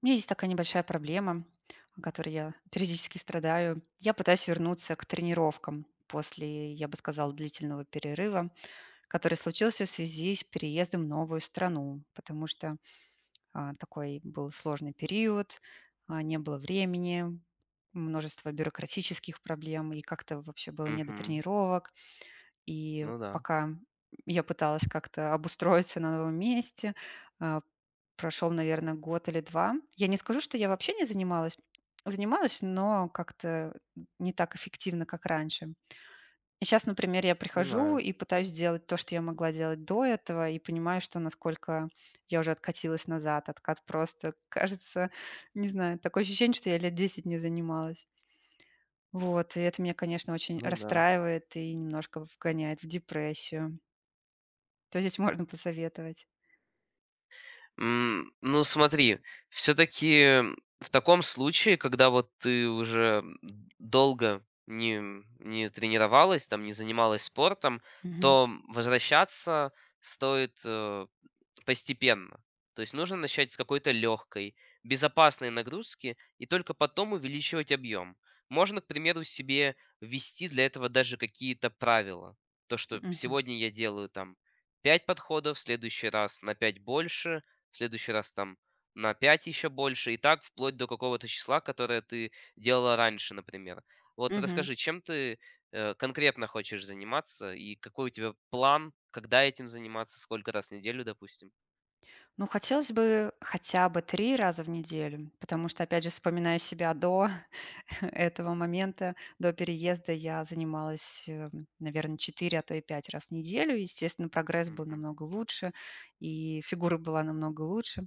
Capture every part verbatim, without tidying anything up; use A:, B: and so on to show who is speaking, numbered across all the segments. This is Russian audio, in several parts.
A: У меня есть такая небольшая проблема, о которой я периодически страдаю. Я пытаюсь вернуться к тренировкам после, я бы сказала, длительного перерыва, который случился в связи с переездом в новую страну, потому что а, такой был сложный период, а, не было времени, множество бюрократических проблем, и как-то вообще было не до
B: Мгм.
A: тренировок. И
B: Ну да,
A: пока я пыталась как-то обустроиться на новом месте, а, прошел, наверное, год или два. Я не скажу, что я вообще не занималась. Занималась, но как-то не так эффективно, как раньше. И сейчас, например, я прихожу
B: понимаю.
A: и пытаюсь сделать то, что я могла делать до этого, и понимаю, что насколько я уже откатилась назад. Откат просто, кажется, не знаю, такое ощущение, что я лет десять не занималась. Вот, и это меня, конечно, очень
B: Ну да.
A: расстраивает и немножко вгоняет в депрессию. Что здесь можно посоветовать?
B: М, ну смотри, все таки в таком случае, когда вот ты уже долго не, не тренировалась, там, не занималась спортом,
A: Мгм,
B: то возвращаться стоит, э постепенно. То есть нужно начать с какой-то легкой, безопасной нагрузки и только потом увеличивать объем. Можно, к примеру, себе ввести для этого даже какие-то правила. То, что
A: мгм,
B: сегодня я делаю там пять подходов, в следующий раз на пять больше, в следующий раз там на пять еще больше, и так вплоть до какого-то числа, которое ты делала раньше, например. Вот
A: мгм.
B: расскажи, чем ты э, конкретно хочешь заниматься и какой у тебя план, когда этим заниматься, сколько раз в неделю, допустим?
A: Ну, хотелось бы хотя бы три раза в неделю, потому что, опять же, вспоминаю себя до этого момента, до переезда. Я занималась, наверное, четыре, а то и пять раз в неделю. Естественно, прогресс был
B: Мгм.
A: намного лучше, и фигура была намного лучше.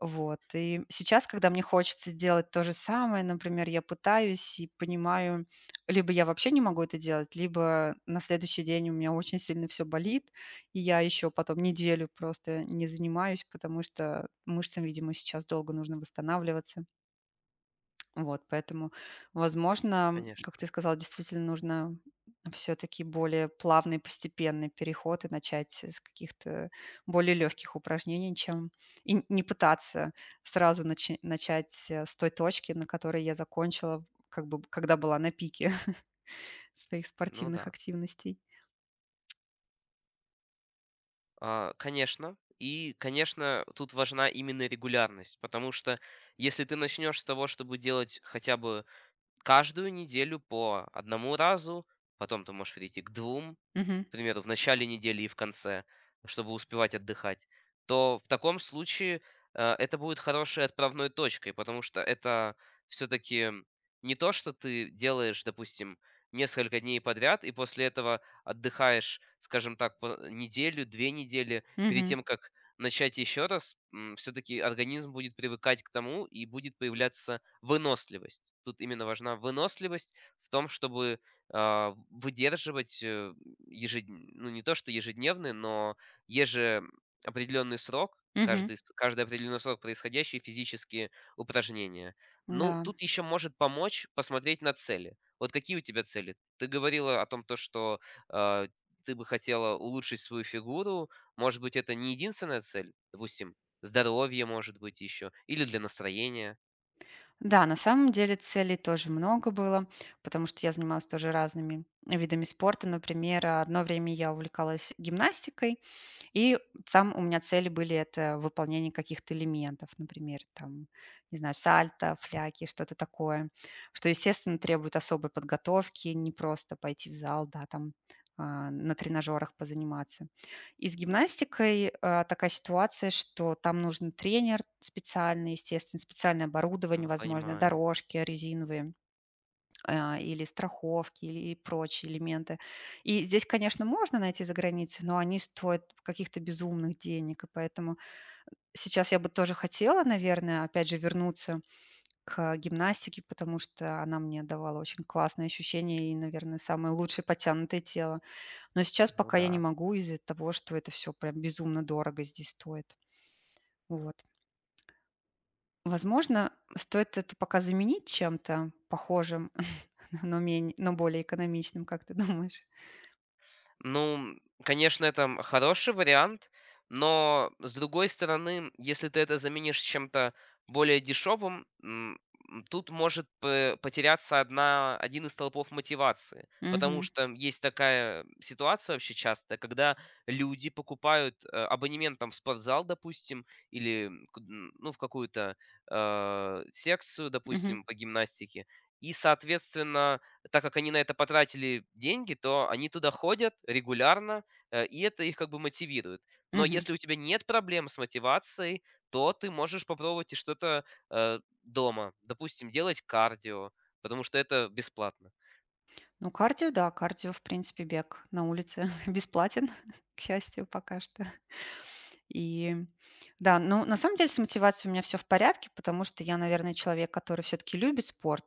A: Вот. И сейчас, когда мне хочется делать то же самое, например, я пытаюсь и понимаю, либо я вообще не могу это делать, либо на следующий день у меня очень сильно все болит, и я еще потом неделю просто не занимаюсь, потому что мышцам, видимо, сейчас долго нужно восстанавливаться. Вот, поэтому, возможно, как ты
B: Конечно.
A: сказал, действительно нужно все-таки более плавный, постепенный переход и начать с каких-то более легких упражнений, чем и н- не пытаться сразу начи- начать э, с той точки, на которой я закончила, как бы когда была на пике своих
B: Ну
A: спортивных
B: да.
A: активностей.
B: А, конечно. И, конечно, тут важна именно регулярность, потому что если ты начнешь с того, чтобы делать хотя бы каждую неделю по одному разу, потом ты можешь перейти к двум,
A: Мгм.
B: к примеру, в начале недели и в конце, чтобы успевать отдыхать, то в таком случае э, это будет хорошей отправной точкой, потому что это все-таки не то, что ты делаешь, допустим, несколько дней подряд, и после этого отдыхаешь, скажем так, по э, неделю, две недели, перед
A: Мгм.
B: тем, как начать еще раз, все-таки организм будет привыкать к тому и будет появляться выносливость. Тут именно важна выносливость в том, чтобы а, выдерживать э, Ежед ну, не то что ежедневные, но еже определенный срок,
A: Мгм.
B: каждый с каждый определенный срок происходящие физические упражнения. Ну,
A: Да.
B: тут еще может помочь посмотреть на цели. Вот какие у тебя цели? Ты говорила о том, то что, э, ты бы хотела улучшить свою фигуру. Может быть, это не единственная цель? Допустим, здоровье, может быть, еще или для настроения.
A: Да, на самом деле целей тоже много было, потому что я занималась тоже разными видами спорта. Например, одно время я увлекалась гимнастикой, и там у меня цели были — это выполнение каких-то элементов, например, там, не знаю, сальто, фляки, что-то такое, что, естественно, требует особой подготовки, не просто пойти в зал, да, там а, на тренажерах позаниматься. И с гимнастикой а, такая ситуация, что там нужен тренер специальный, естественно, специальное оборудование,
B: М,
A: возможно,
B: понимаю.
A: дорожки резиновые а, или страховки, и прочие элементы. И здесь, конечно, можно найти за границей, но они стоят каких-то безумных денег, и поэтому сейчас я бы тоже хотела, наверное, опять же, вернуться к гимнастике, потому что она мне давала очень классные ощущения и, наверное, самое лучшее подтянутое тело. Но сейчас
B: Ну
A: пока я не
B: да.
A: могу из-за того, что это все прям безумно дорого здесь стоит. Вот. Возможно, стоит это пока заменить чем-то похожим, но, менее, но более экономичным, как ты думаешь?
B: Ну, конечно, это хороший вариант, но с другой стороны, если ты это заменишь чем-то более дешевым, м, м, тут может п- потеряться одна, один из столпов мотивации, потому
A: Мгм.
B: что есть такая ситуация вообще часто, когда люди покупают э, абонемент там в спортзал, допустим, или к- м, ну, в какую-то э, секцию,
A: Мгм.
B: допустим, по гимнастике, и, соответственно, так как они на это потратили деньги, то они туда ходят регулярно, э, и это их как бы мотивирует. Но
A: Мгм.
B: если у тебя нет проблем с мотивацией, то ты можешь попробовать и что-то э, дома. Допустим, делать кардио, потому что это бесплатно.
A: Ну, кардио, да, кардио, в принципе, бег на улице бесплатен, к счастью, пока что. И да, ну, на самом деле с мотивацией у меня все в порядке, потому что я, наверное, человек, который все таки любит спорт.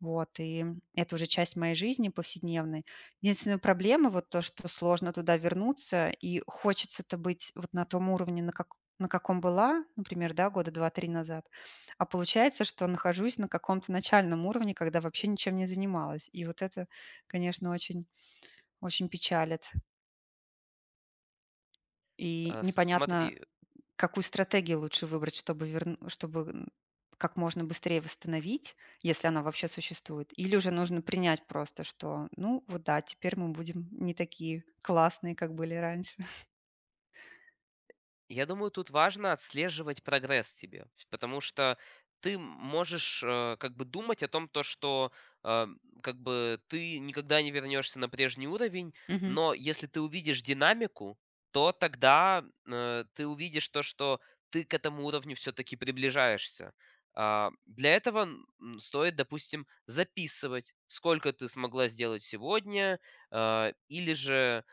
A: Вот, и это уже часть моей жизни повседневной. Единственная проблема вот то, что сложно туда вернуться, и хочется-то быть вот на том уровне, на, как, на каком была, например, да, года два-три назад. А получается, что нахожусь на каком-то начальном уровне, когда вообще ничем не занималась. И вот это, конечно, очень, очень печалит. И
B: Э, с-
A: непонятно,
B: Смотри,
A: какую стратегию лучше выбрать, чтобы верн чтобы, м, как можно быстрее восстановить, если она вообще существует? Или уже нужно принять просто, что, ну вот да, теперь мы будем не такие классные, как были раньше?
B: я думаю, тут важно отслеживать прогресс тебе, потому что ты можешь э, как бы думать о том, то, что э, как бы ты никогда не вернешься на прежний уровень,
A: Мгм,
B: но если ты увидишь динамику, то тогда э, ты увидишь то, что ты к этому уровню все-таки приближаешься. А, Для этого н- м, стоит, допустим, записывать, сколько ты смогла сделать сегодня, э, или же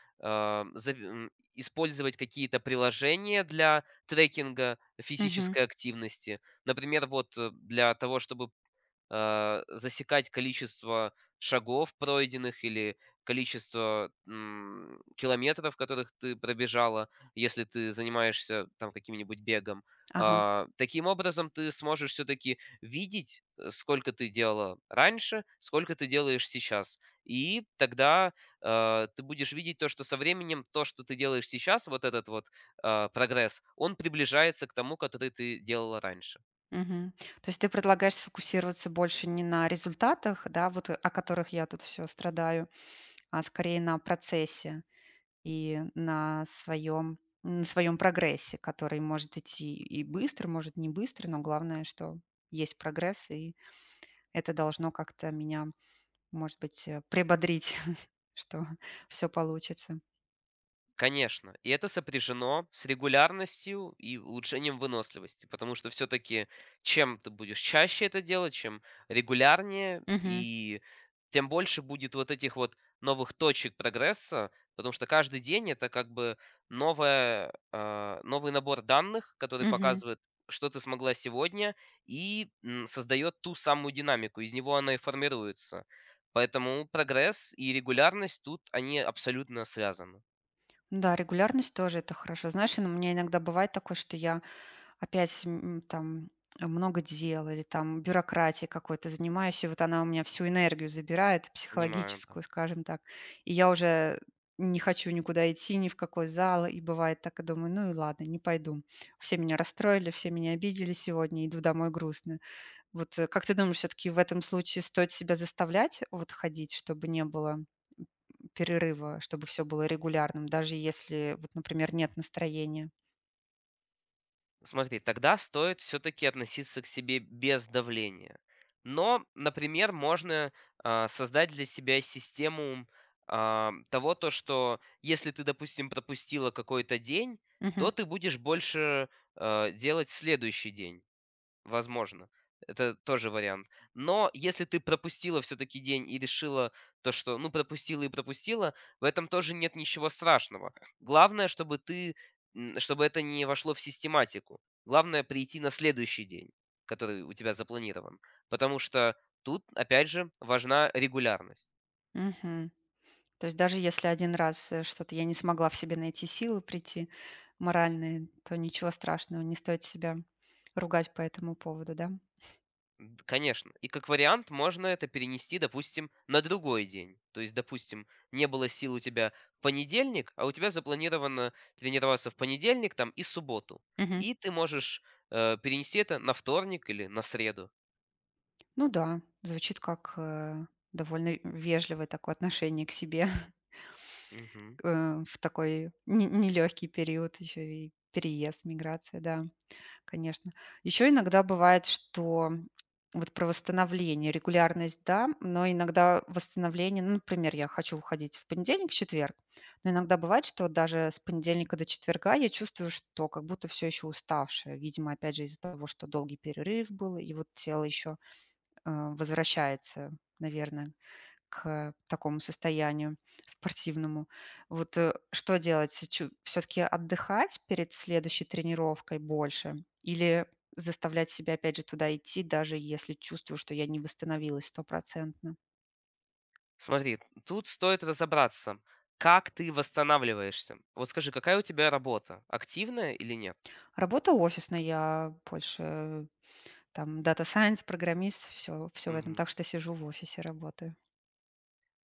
B: использовать какие-то приложения для трекинга
A: мгм,
B: физической активности. Например, вот э, для того, чтобы а, засекать количество шагов пройденных или количество м, километров, которых ты пробежала, если ты занимаешься там каким-нибудь бегом.
A: ага,
B: А, Таким образом, ты сможешь все-таки видеть, э, сколько ты делала раньше, сколько ты делаешь сейчас. И тогда э, ты будешь видеть то, что со временем то, что ты делаешь сейчас, вот этот вот а, прогресс, он приближается к тому, который ты делала раньше.
A: мгм. То есть ты предлагаешь сфокусироваться больше не на результатах, да, вот, э, о которых я тут все страдаю, а скорее на процессе. И на своем на своем прогрессе, который может идти и быстро, может не быстро, но главное, что есть прогресс, и это должно как-то меня, может быть, э, прибодрить, что все получится.
B: Конечно, и это сопряжено с регулярностью и улучшением выносливости, потому что все-таки чем ты будешь чаще это делать, чем регулярнее,
A: Мгм.
B: и тем больше будет вот этих вот новых точек прогресса, потому что каждый день это как бы новая, а, новый набор данных, который
A: Мгм.
B: показывает, что ты смогла сегодня, и м, создает ту самую динамику, из него она и формируется. Поэтому прогресс и регулярность тут, они абсолютно связаны.
A: Да, регулярность тоже это хорошо. Знаешь, ин- у меня иногда бывает такое, что я опять, м, там, э, много дел или там бюрократии какой-то занимаюсь, и вот она у меня всю энергию забирает,
B: Понимаю, да.
A: психологическую, скажем так. И я уже не хочу никуда идти, ни в какой зал. И бывает так, и думаю, ну и ладно, не пойду. Все меня расстроили, все меня обидели сегодня, иду домой грустно. Вот, э, как ты думаешь, все-таки в этом случае стоит себя заставлять вот ходить, чтобы не было перерыва, чтобы все было регулярным, даже если вот, например, нет настроения?
B: Смотри, тогда стоит все-таки относиться к себе без давления. Но, например, можно а, создать для себя систему а, того, то, что если ты, допустим, пропустила какой-то день,
A: Мгм.
B: то ты будешь больше а, делать в следующий день. Возможно, это тоже вариант. Но если ты пропустила все-таки день и решила то, что, ну, пропустила и пропустила, в этом тоже нет ничего страшного. Главное, чтобы ты, м, чтобы это не вошло в систематику. Главное прийти на следующий день, который у тебя запланирован. Потому что тут, опять же, важна регулярность.
A: Мгм. То есть даже если один раз, э, что-то я не смогла в себе найти силы прийти моральные, то ничего страшного, не стоит себя ругать по этому поводу, да?
B: Д- Конечно. И как вариант можно это перенести, допустим, на другой день. То есть, допустим, не было сил у тебя в понедельник, а у тебя запланировано тренироваться в понедельник там и субботу.
A: Мгм.
B: И ты можешь э, перенести это на вторник или на среду.
A: Ну да, звучит как, э, довольно вежливое такое отношение к себе,
B: Мгм.
A: э, в такой не нелёгкий период, еще и переезд, миграция, да. Конечно. Еще иногда бывает, что вот про восстановление, регулярность, да, но иногда восстановление, ну, например, я хочу уходить в понедельник, четверг, но иногда бывает, что вот даже с понедельника до четверга я чувствую, что как будто все еще уставшая. Видимо, опять же, из-за того, что долгий перерыв был, и вот тело еще возвращается, наверное, к такому состоянию спортивному. Вот э, что делать? Все-таки отдыхать перед следующей тренировкой больше или заставлять себя опять же туда идти, даже если чувствую, что я не восстановилась стопроцентно.
B: Смотри, тут стоит разобраться, как ты восстанавливаешься. Вот скажи, какая у тебя работа? Активная или нет?
A: Работа офисная, я больше там дата сайенс, программист, все, все в этом.
B: Мгм.
A: Так что сижу в офисе, работаю.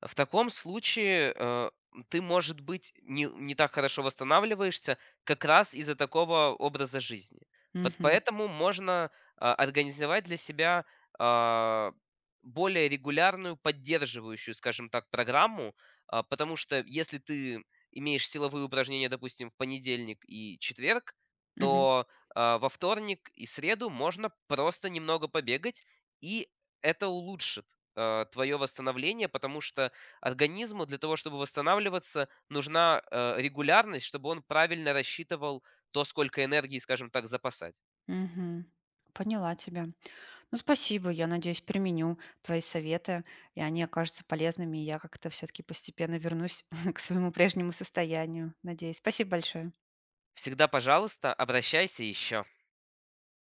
B: В таком случае, э, ты, может быть, не, не так хорошо восстанавливаешься как раз из-за такого образа жизни. Пот-
A: Мгм.
B: Поэтому можно а, организовать для себя а, более регулярную, поддерживающую, скажем так, программу, а, потому что если ты имеешь силовые упражнения, допустим, в понедельник и четверг,
A: Мгм.
B: то а, во вторник и среду можно просто немного побегать, и это улучшит э, твое восстановление, потому что организму для того, чтобы восстанавливаться, нужна, э, регулярность, чтобы он правильно рассчитывал то, сколько энергии, скажем так, запасать.
A: Мгм. Поняла тебя. Ну, спасибо. Я надеюсь, применю твои советы, и они окажутся полезными, и я как-то все-таки постепенно вернусь к своему прежнему состоянию. Надеюсь. Спасибо большое.
B: Всегда, пожалуйста, обращайся еще.